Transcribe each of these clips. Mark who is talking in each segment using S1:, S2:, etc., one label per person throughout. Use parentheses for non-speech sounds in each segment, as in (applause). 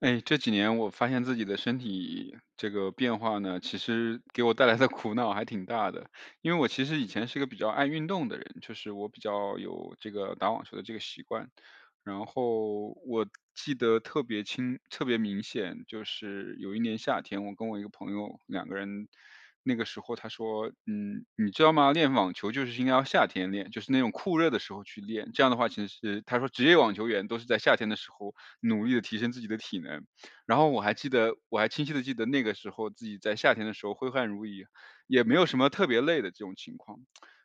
S1: 哎，这几年我发现自己的身体这个变化呢，其实给我带来的苦恼还挺大的。因为我其实以前是个比较爱运动的人，就是我比较有这个打网球的这个习惯。然后我记得特别清、特别明显，就是有一年夏天，我跟我一个朋友两个人，那个时候他说：“嗯，你知道吗？练网球就是应该要夏天练，就是那种酷热的时候去练。这样的话，其实是他说职业网球员都是在夏天的时候努力的提升自己的体能。然后我还记得我还清晰的记得那个时候自己在夏天的时候挥汗如雨，也没有什么特别累的这种情况。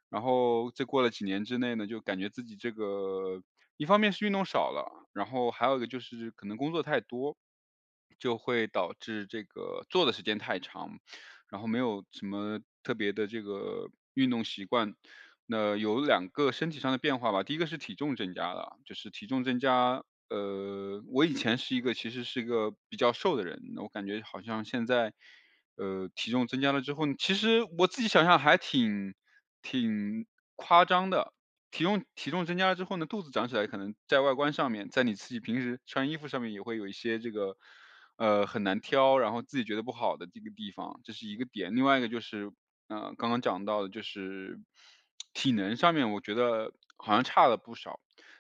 S1: 然后这过了几年之内呢，就感觉自己这个一方面是运动少了，然后还有一个就是可能工作太多，就会导致这个坐的时间太长，然后没有什么特别的这个运动习惯。那有两个身体上的变化吧，第一个是体重增加了，就是体重增加，我以前是一个其实是一个比较瘦的人，那我感觉好像现在，体重增加了之后，其实我自己想想还挺夸张的。体重增加了之后呢，肚子长起来可能在外观上面，在你自己平时穿衣服上面也会有一些这个很难挑，然后自己觉得不好的这个地方，这是一个点。另外一个就是，刚刚讲到的就是体能上面，我觉得好像差了不少。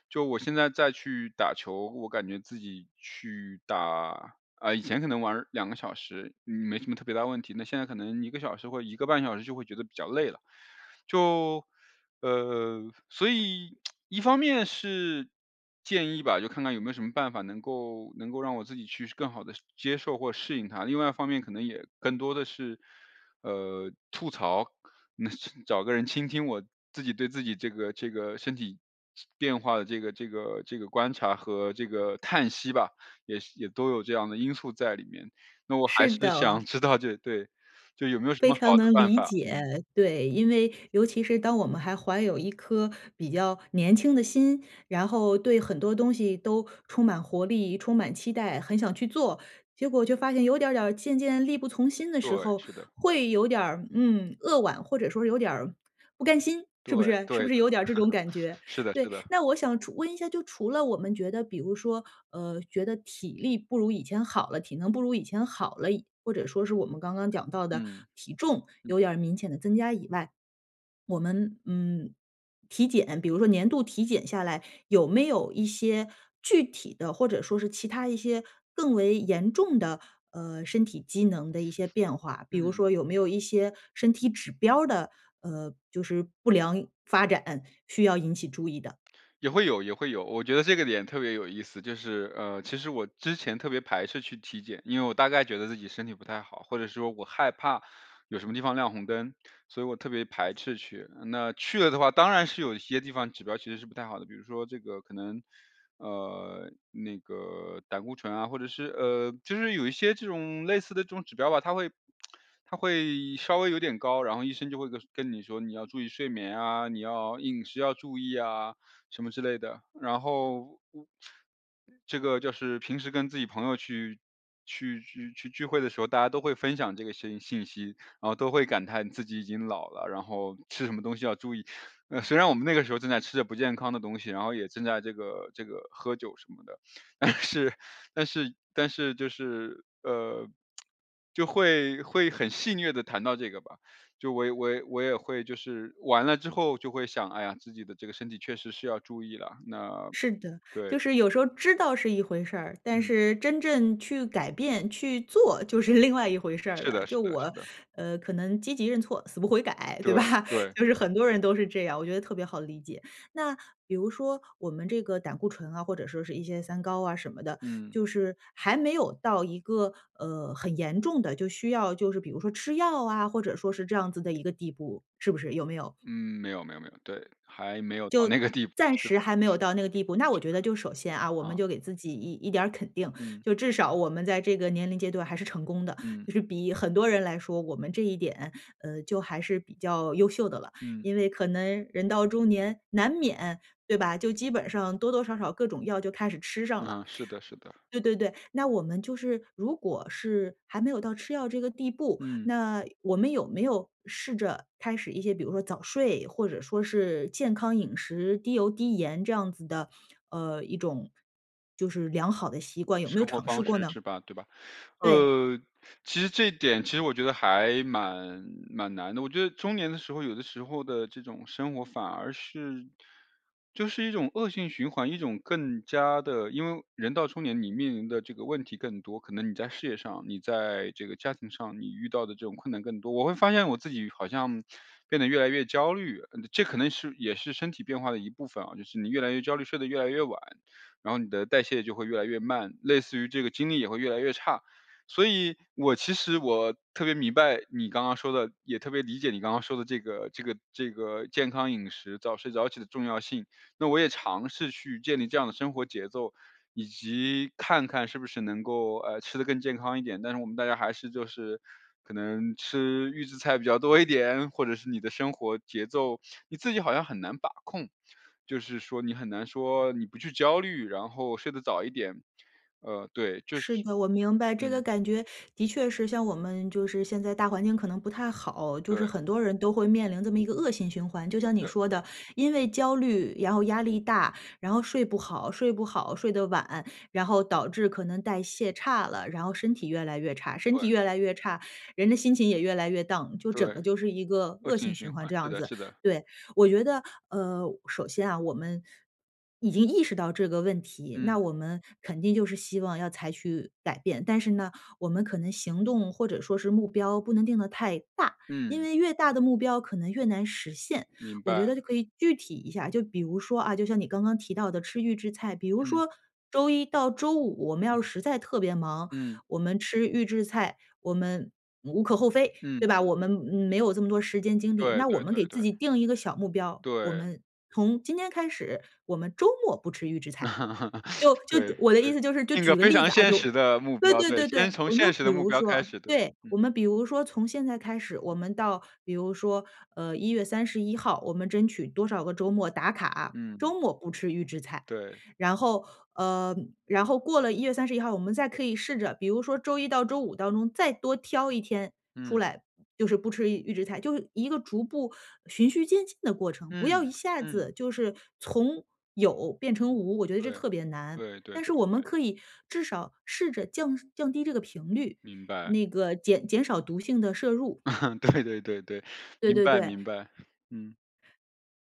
S1: 就我现在再去打球，我感觉自己去打，啊，以前可能玩儿两个小时，嗯没什么特别大问题，那现在可能一个小时或一个半小时就会觉得比较累了。就，呃，所以一方面是建议吧，就看看有没有什么办法能够让我自己去更好的接受或适应它。另外一方面可能也更多的是，吐槽，那是找个人倾听我自己对自己这个身体变化的这个观察和这个叹息吧，也是也都有这样的因素在里面。那我还
S2: 是
S1: 是
S2: 的，
S1: 想知道这对，就有没有什
S2: 非
S1: 么好
S2: 常
S1: 的
S2: 能
S1: 办
S2: 理
S1: 法？嗯，
S2: 解。对，因为尤其是当我们还怀有一颗比较年轻的心，然后对很多东西都充满活力、充满期待，很想去做，结果就发现有点儿渐渐力不从心的
S1: 对，
S2: 时候，
S1: 是的。
S2: 会有点儿，扼腕，或者说有点儿不甘心，
S1: 对
S2: 是不是？是不
S1: 对，
S2: 是有点儿这种感觉？
S1: 是的是
S2: 对，
S1: 的，
S2: 那我想除问一下，就除了我们觉得，比如说，觉得体力不如以前好了，体能不如以前好了，或者说是我们刚刚讲到的
S1: 嗯，
S2: 体重
S1: 嗯
S2: 有点儿明显的增加以外，我们体检，比如说年度体检下来，有没有一些具体的，或者说是其他一些更为严重的，身体机能的一些变化？比如
S1: 嗯。
S2: 说有没有一些身体指标儿的，就是不良发展需要引起注意的？
S1: 也会有，也会有。我觉得这个点特别有意思，就是其实我之前特别排斥去体检，因为我大概觉得自己身体不太好，或者说我害怕有什么地方亮红灯，所以我特别排斥去。那去了的话，当然是有一些地方指标其实是不太好的，比如说这个可能那个胆固醇啊，或者是就是有一些这种类似的这种指标吧，它会稍微有点高，然后医生就会跟你说你要注意睡眠啊，你要饮食要注意啊，什么之类的。然后这个就是平时跟自己朋友去去聚会的时候，大家都会分享这个信息，然后都会感叹自己已经老了，然后吃什么东西要注意。呃，虽然我们那个时候正在吃着不健康的东西，然后也正在这个喝酒什么的，但是但是就是就会很戏谑的谈到这个吧。就我也会就是完了之后就会想，哎呀，自己的这个身体确实是要注意了。那
S2: 是的，
S1: 对，
S2: 就是有时候知道是一回事儿，但
S1: 嗯。
S2: 是真正去改变、去做就是 (laughs) 另外一回事儿
S1: 是
S2: 了。
S1: 的是
S2: 就
S1: 的
S2: 我，
S1: 是的，
S2: 可能积极认错，死不悔改，
S1: 对
S2: 对吧？(laughs)
S1: 对，
S2: 就是很多人都是这样，我觉得特别好理解。那比如说我们这个胆固醇啊，或者说是一些三高啊什么的，
S1: 嗯，
S2: 就是还没有到一个很严重的，就需要就是比如说吃药啊，或者说是这样子的一个地步，是不是？有没有？
S1: 嗯，没有，对，还没有到那个地步，
S2: 暂
S1: 是
S2: 时
S1: 的
S2: 还没有到那个地步，那我
S1: 是的，
S2: 觉得就首先啊，我们
S1: 啊，
S2: 就给自己一点儿肯定，
S1: 嗯
S2: 就至少我们在这个年龄阶段还是成功的，
S1: 嗯
S2: 就是比很多人来说，我们这一点，就还是比较优秀的了。
S1: 嗯，
S2: 因为可能人到中年难免，对吧？就基本上多多少少各种药就开始吃上了。
S1: 啊，是的是的，
S2: 对对对，那我们就是如果是还没有到吃药这个地步，
S1: 嗯，
S2: 那我们有没有试着开始一些，比如说早睡，或者说是健康饮食、低油低盐这样子的，一种就是良好的习惯，有没有
S1: 生活
S2: 尝试
S1: 方
S2: 过
S1: 式
S2: 呢？
S1: 是吧，对吧？
S2: 对。
S1: 呃，其实这一点其实我觉得还蛮难的。我觉得中年的时候，有的时候的这种生活反而是就是一种恶性循环，一种更加的，因为人到中年，你面临的这个问题更多，可能你在事业上，你在这个家庭上，你遇到的这种困难更多。我会发现我自己好像变得越来越焦虑，嗯这可能是也是身体变化的一部分啊，就是你越来越焦虑，睡得越来越晚，然后你的代谢就会越来越慢，类似于这个精力也会越来越差。所以我其实我特别明白你刚刚说的，也特别理解你刚刚说的这个健康饮食、早睡早起的重要性。那我也尝试去建立这样的生活节奏，以及看看是不是能够吃的更健康一点。但是我们大家还是就是可能吃预制菜比较多一点，或者是你的生活节奏你自己好像很难把控，就是说你很难说你不去焦虑，然后睡得早一点。对，就是
S2: 是的，我明白这个
S1: 嗯，
S2: 感觉，的确是像我们就是现在大环境可能不太好，就是
S1: 对。
S2: 很多人都会面临这么一个恶性循环。就像你说
S1: 对
S2: 的，因为焦虑，然后压力大，然后睡不好，睡不好，睡得晚，然后导致可能代谢差了，然后身体越来越差，身
S1: 对
S2: 体越来越差，人的心情也越来越 down，就整
S1: 对，
S2: 个就是一个
S1: 恶
S2: 恶
S1: 性
S2: 性
S1: 循
S2: 循环
S1: 环，
S2: 这
S1: 是
S2: 样
S1: 的
S2: 子。
S1: 是的，
S2: 对，我觉得，首先啊，我们已经意识到这个问题，那
S1: 嗯
S2: 我们肯定就是希望要采取改变，但是呢，我们可能行动或者说是目标不能定得太大，因
S1: 嗯，
S2: 为越大的目标可能越难实现。
S1: 明
S2: 我
S1: 白，
S2: 觉得就可以具体一下，就比如说啊，就像你刚刚提到的吃预制菜，比如
S1: 嗯
S2: 说周一到周五我们要是
S1: 嗯
S2: 实在特别忙，
S1: 嗯
S2: 我们吃预制菜，我们无可厚非。
S1: 嗯，
S2: 对吧？我们没有这么多时间精力，
S1: 对
S2: 那我
S1: 对
S2: 们
S1: 对
S2: 给
S1: 对
S2: 自己定一个小目标，我
S1: 对，
S2: 们从今天开始，我们周末不吃预制菜。
S1: (laughs)
S2: 就
S1: 对
S2: 就
S1: 对，
S2: 我的意思就是，就
S1: 定个
S2: 举个
S1: 非
S2: 例子
S1: 常
S2: 啊，
S1: 现
S2: 就
S1: 实的目
S2: 对
S1: 标，
S2: 对
S1: 对，
S2: 对对，
S1: 先从
S2: 我们就
S1: 现实
S2: 比
S1: 的目
S2: 如
S1: 标开
S2: 说，
S1: 始，对，
S2: 对，
S1: 嗯
S2: 我们比如说从现在开始，我们到比如说一月三十一号，我们争取多少个周末打卡，周
S1: 嗯，
S2: 末不吃预制菜。
S1: 对，
S2: 然后呃，然后过了一月三十一号，我们再可以试着，比如说周一到周五当中再多挑一天，出
S1: 嗯
S2: 来，就是不吃预制菜，就是一个逐步循序渐进的过程，
S1: 嗯
S2: 不要一下子
S1: 嗯，
S2: 就是从有变成无，我觉得这
S1: 对
S2: 特别难。
S1: 对对
S2: 但是
S1: 对，
S2: 我们可以至少试着降低这个频率，
S1: 明白，
S2: 那个减少毒性的摄入，
S1: (laughs) 对对对对，
S2: 对
S1: 明
S2: 对
S1: 白
S2: 对。
S1: 明白，嗯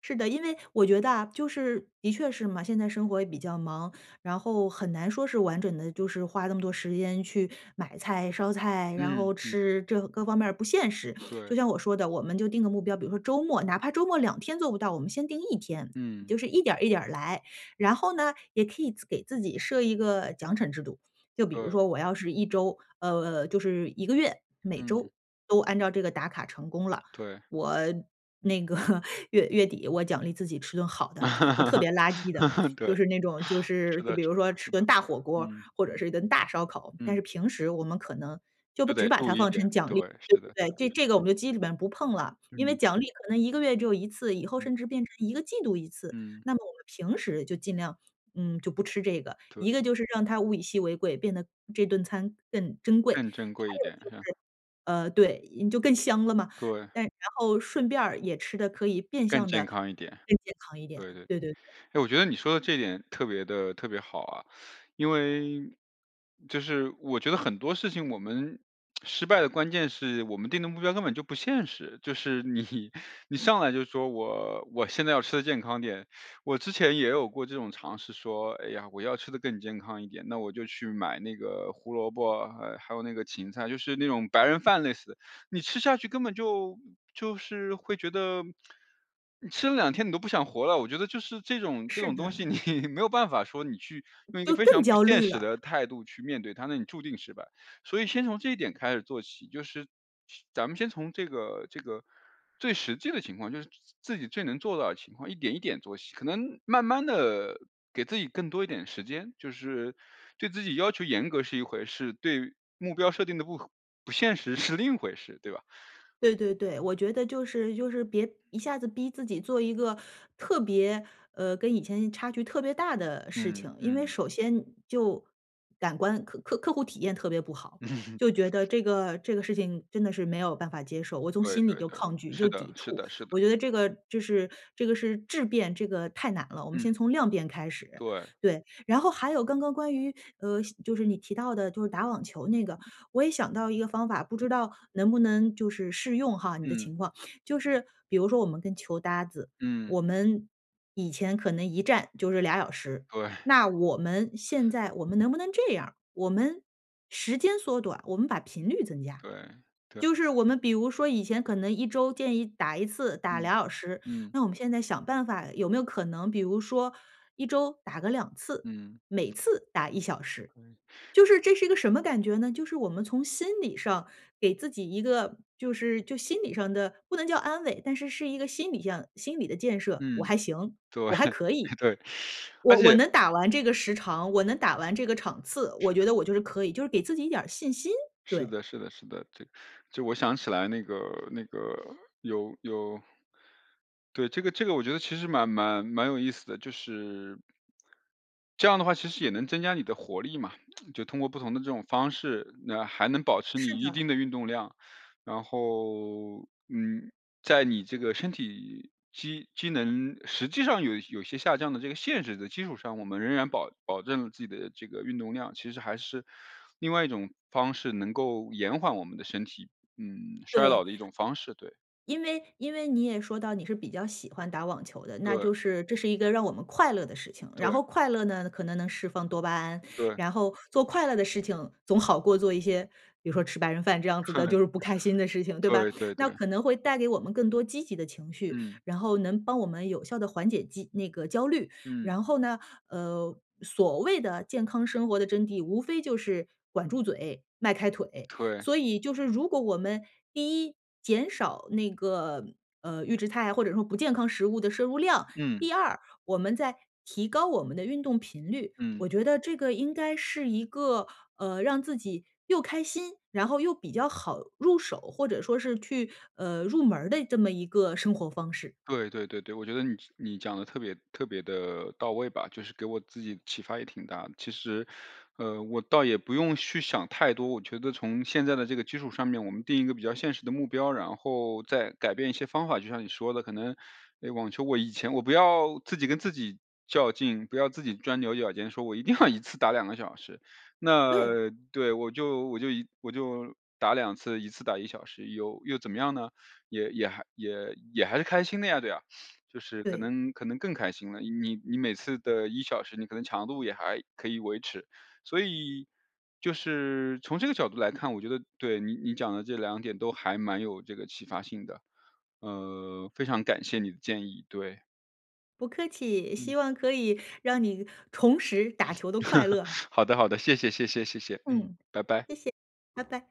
S2: 是的，因为我觉得啊，就是的确是嘛，现在生活也比较忙，然后很难说是完整的，就是花那么多时间去买菜、烧菜，然后
S1: 嗯嗯，
S2: 吃，这各方面儿不现实。
S1: 对，
S2: 就像我说的，我们就定个目标，比如说周末，哪怕周末2天做不到，我们先定一天，
S1: 嗯
S2: 就是一点儿一点儿来。然后呢，也可以给自己设一个奖惩制度，就比如
S1: 对，
S2: 说我要是一周，就是一个月，每周
S1: 嗯
S2: 都按照这个打卡成功了，
S1: 对，
S2: 我那个 (laughs) 月底我奖励自己吃顿好的，就特别垃圾的，
S1: (laughs) 对，
S2: 就是那种就是
S1: 是的
S2: 就比
S1: 是
S2: 如说
S1: 的
S2: 吃
S1: 是的，
S2: 顿大火锅儿
S1: 嗯
S2: 或者
S1: 嗯。
S2: 是一顿大烧烤，但
S1: 嗯，
S2: 是平时我们可能就不
S1: 就
S2: 只
S1: 得
S2: 把
S1: 注
S2: 它
S1: 意一
S2: 放
S1: 点，
S2: 成奖
S1: 对，
S2: 励，对
S1: 是
S2: 不
S1: 的，
S2: 对，这个我们就基本不碰了，因为
S1: 嗯
S2: 奖励可能一个月只有一次，以后
S1: 嗯
S2: 甚至变成1个季度1次，
S1: 嗯，
S2: 那么我们平时就尽量，就不吃这个，
S1: 对，
S2: 一个就是让它物以稀为贵，变得这顿餐更珍贵，
S1: 更珍
S2: 还
S1: 贵一点，
S2: 有
S1: 是吧？
S2: 对，你就更香了嘛。
S1: 对，
S2: 但然后顺便儿也吃的可以变
S1: 更
S2: 相
S1: 健
S2: 的
S1: 康一点，
S2: 更健康一点，
S1: 对对。
S2: 对对对，
S1: 哎，我觉得你说的这点特别的特别好啊，因为就是我觉得很多事情我们失败的关键是我们定的目标根本就不现实，就是你 (laughs) 你上来就说我现在要吃的健康点，我之前也有过这种尝试说，哎呀，我要吃的更健康一点，那我就去买那个胡萝卜，还有那个芹菜，就是那种白人饭类似的。你吃下去根本就就是会觉得，你吃了两天你都不想活了。我觉得就是这种这
S2: 是
S1: 种东西，
S2: 的，
S1: 你 (laughs) 没有办法说你去用一个
S2: 就
S1: 非
S2: 更
S1: 常不
S2: 焦
S1: 现
S2: 虑
S1: 实
S2: 了。
S1: 的态度去面对它，那你注定失败。所以先从这一点开始做起，就是咱们先从这个最实际的情况，就是自己最能做到的情况，一点一点做起，可能慢慢的给自己更多一点时间，就是对自己要求严格是一回事，对目标设定的不现实是另一回事，对吧？
S2: 对对对，我觉得就是别一下子逼自己做一个特别跟以前差距特别大的事
S1: 嗯
S2: 情，因为
S1: 嗯
S2: 首先就感官客户体验特别不好，
S1: 嗯，
S2: 就
S1: (laughs)
S2: 觉得这个事情真的是没有办法接受，我从
S1: 对
S2: 心里
S1: 对
S2: 就
S1: 对，
S2: 抗拒，就
S1: 是的
S2: 抵
S1: 是
S2: 触。
S1: 的是的，
S2: 我觉得这个是质变，这个太难了，我们
S1: 嗯，
S2: 先从量变开始。
S1: 对，
S2: 对，然后还有刚刚关于就是你提到的，就是打网球那个，我也想到一个方法，不知道能不能就是适用哈你的
S1: 嗯
S2: 情况。就是比如说我们跟球搭子，
S1: 嗯。
S2: 我们以前可能一站就是俩小时，
S1: 对
S2: 那我们现在我们能不能这样？我们时间缩短，我们把频率增加。
S1: 对对。
S2: 就是我们比如说以前可能一周建议打一次，打
S1: 嗯
S2: 俩小时，
S1: 嗯
S2: 那我们现在想办法有没有可能，比如说一周打个2次，
S1: 嗯。
S2: 每次打1小时。
S1: 对，
S2: 就是这是一个什么感觉呢？就是我们从心理上给自己一个就是心理上的不能叫安慰，但是是一个心理上心理的建设，我
S1: 嗯
S2: 还行，
S1: 对
S2: 我还可以。
S1: (laughs) 对，而
S2: 我
S1: 且
S2: 能打完这个时长，我能打完这个场次，我觉得我就是可以，就是给自己一点儿信心。
S1: 是
S2: 对，
S1: 的，是的，是的，这就我想起来那个有有，对这个我觉得其实蛮有意思的，就是这样的话，其实也能增加你的活力嘛，(tsk) 就通过不同的这种方式，那还能保持
S2: 是
S1: 你一
S2: 的，
S1: 定的运动量。然后，嗯，在你这个身体机能实际上有些下降的这个限制的基础上，我们仍然保证了自己的这个运动量，其实还是另外一种方式，能够延缓我们的身体，嗯，衰
S2: 对。
S1: 老的一种方式。对，
S2: 因为你也说到你是比较喜欢打网球的，那
S1: 对，
S2: 就是这是一个让我们快乐的事情，然
S1: 对，
S2: 后快乐呢，可能能释放多巴胺，
S1: 对
S2: 然后做快乐的事情总好过做一些，比如说吃白人饭这样子的，就
S1: (laughs)，
S2: 是不开心的事情，对吧？
S1: 对，对，
S2: 那
S1: 对，
S2: 可能会带给我们更多积极的情绪，
S1: 嗯，
S2: 然后能帮我们有效的缓解那个焦虑。
S1: 嗯，
S2: 然后呢，所谓的健康生活的真谛，无非就是管住嘴，迈开腿，
S1: 对，
S2: 所以就是如果我们第一减少那个预制菜或者说不健康食物的摄入量，
S1: 嗯，
S2: 第二我们在提高我们的运动频率，
S1: 嗯。
S2: 我觉得这个应该是一个让自己又开心，然后又比较好入手，或者说是去入门儿的这么一个生活方式。
S1: 对对对对，我觉得你讲的特别特别的到位吧，就是给我自己启发也挺大的。其实，我倒也不用去想太多，我觉得从现在的这个基础上面，我们定一个比较现实的目标，然后再改变一些方法。就像你说的，可能，诶，网球我以前我不要自己跟自己较劲，不要自己钻牛角尖，说我一定要一次打两个小时。
S2: 对
S1: 那对，我就打两次一次打一小时，有又怎么样呢？也也还也也还是开心的呀，对啊，就是可
S2: 对，
S1: 能可能更开心了。你每次的一小时，你可能强度也还可以维持，所以就是从这个角度来看，我觉得对你讲的这两点都还蛮有这个启发性的，非常感谢你的建议，对，
S2: 不客气，希
S1: 嗯，
S2: 望可以让你重拾打球的快
S1: (laughs)
S2: 乐。
S1: 好的好的，谢谢，嗯，
S2: 嗯，
S1: 拜拜。
S2: 谢谢，拜拜。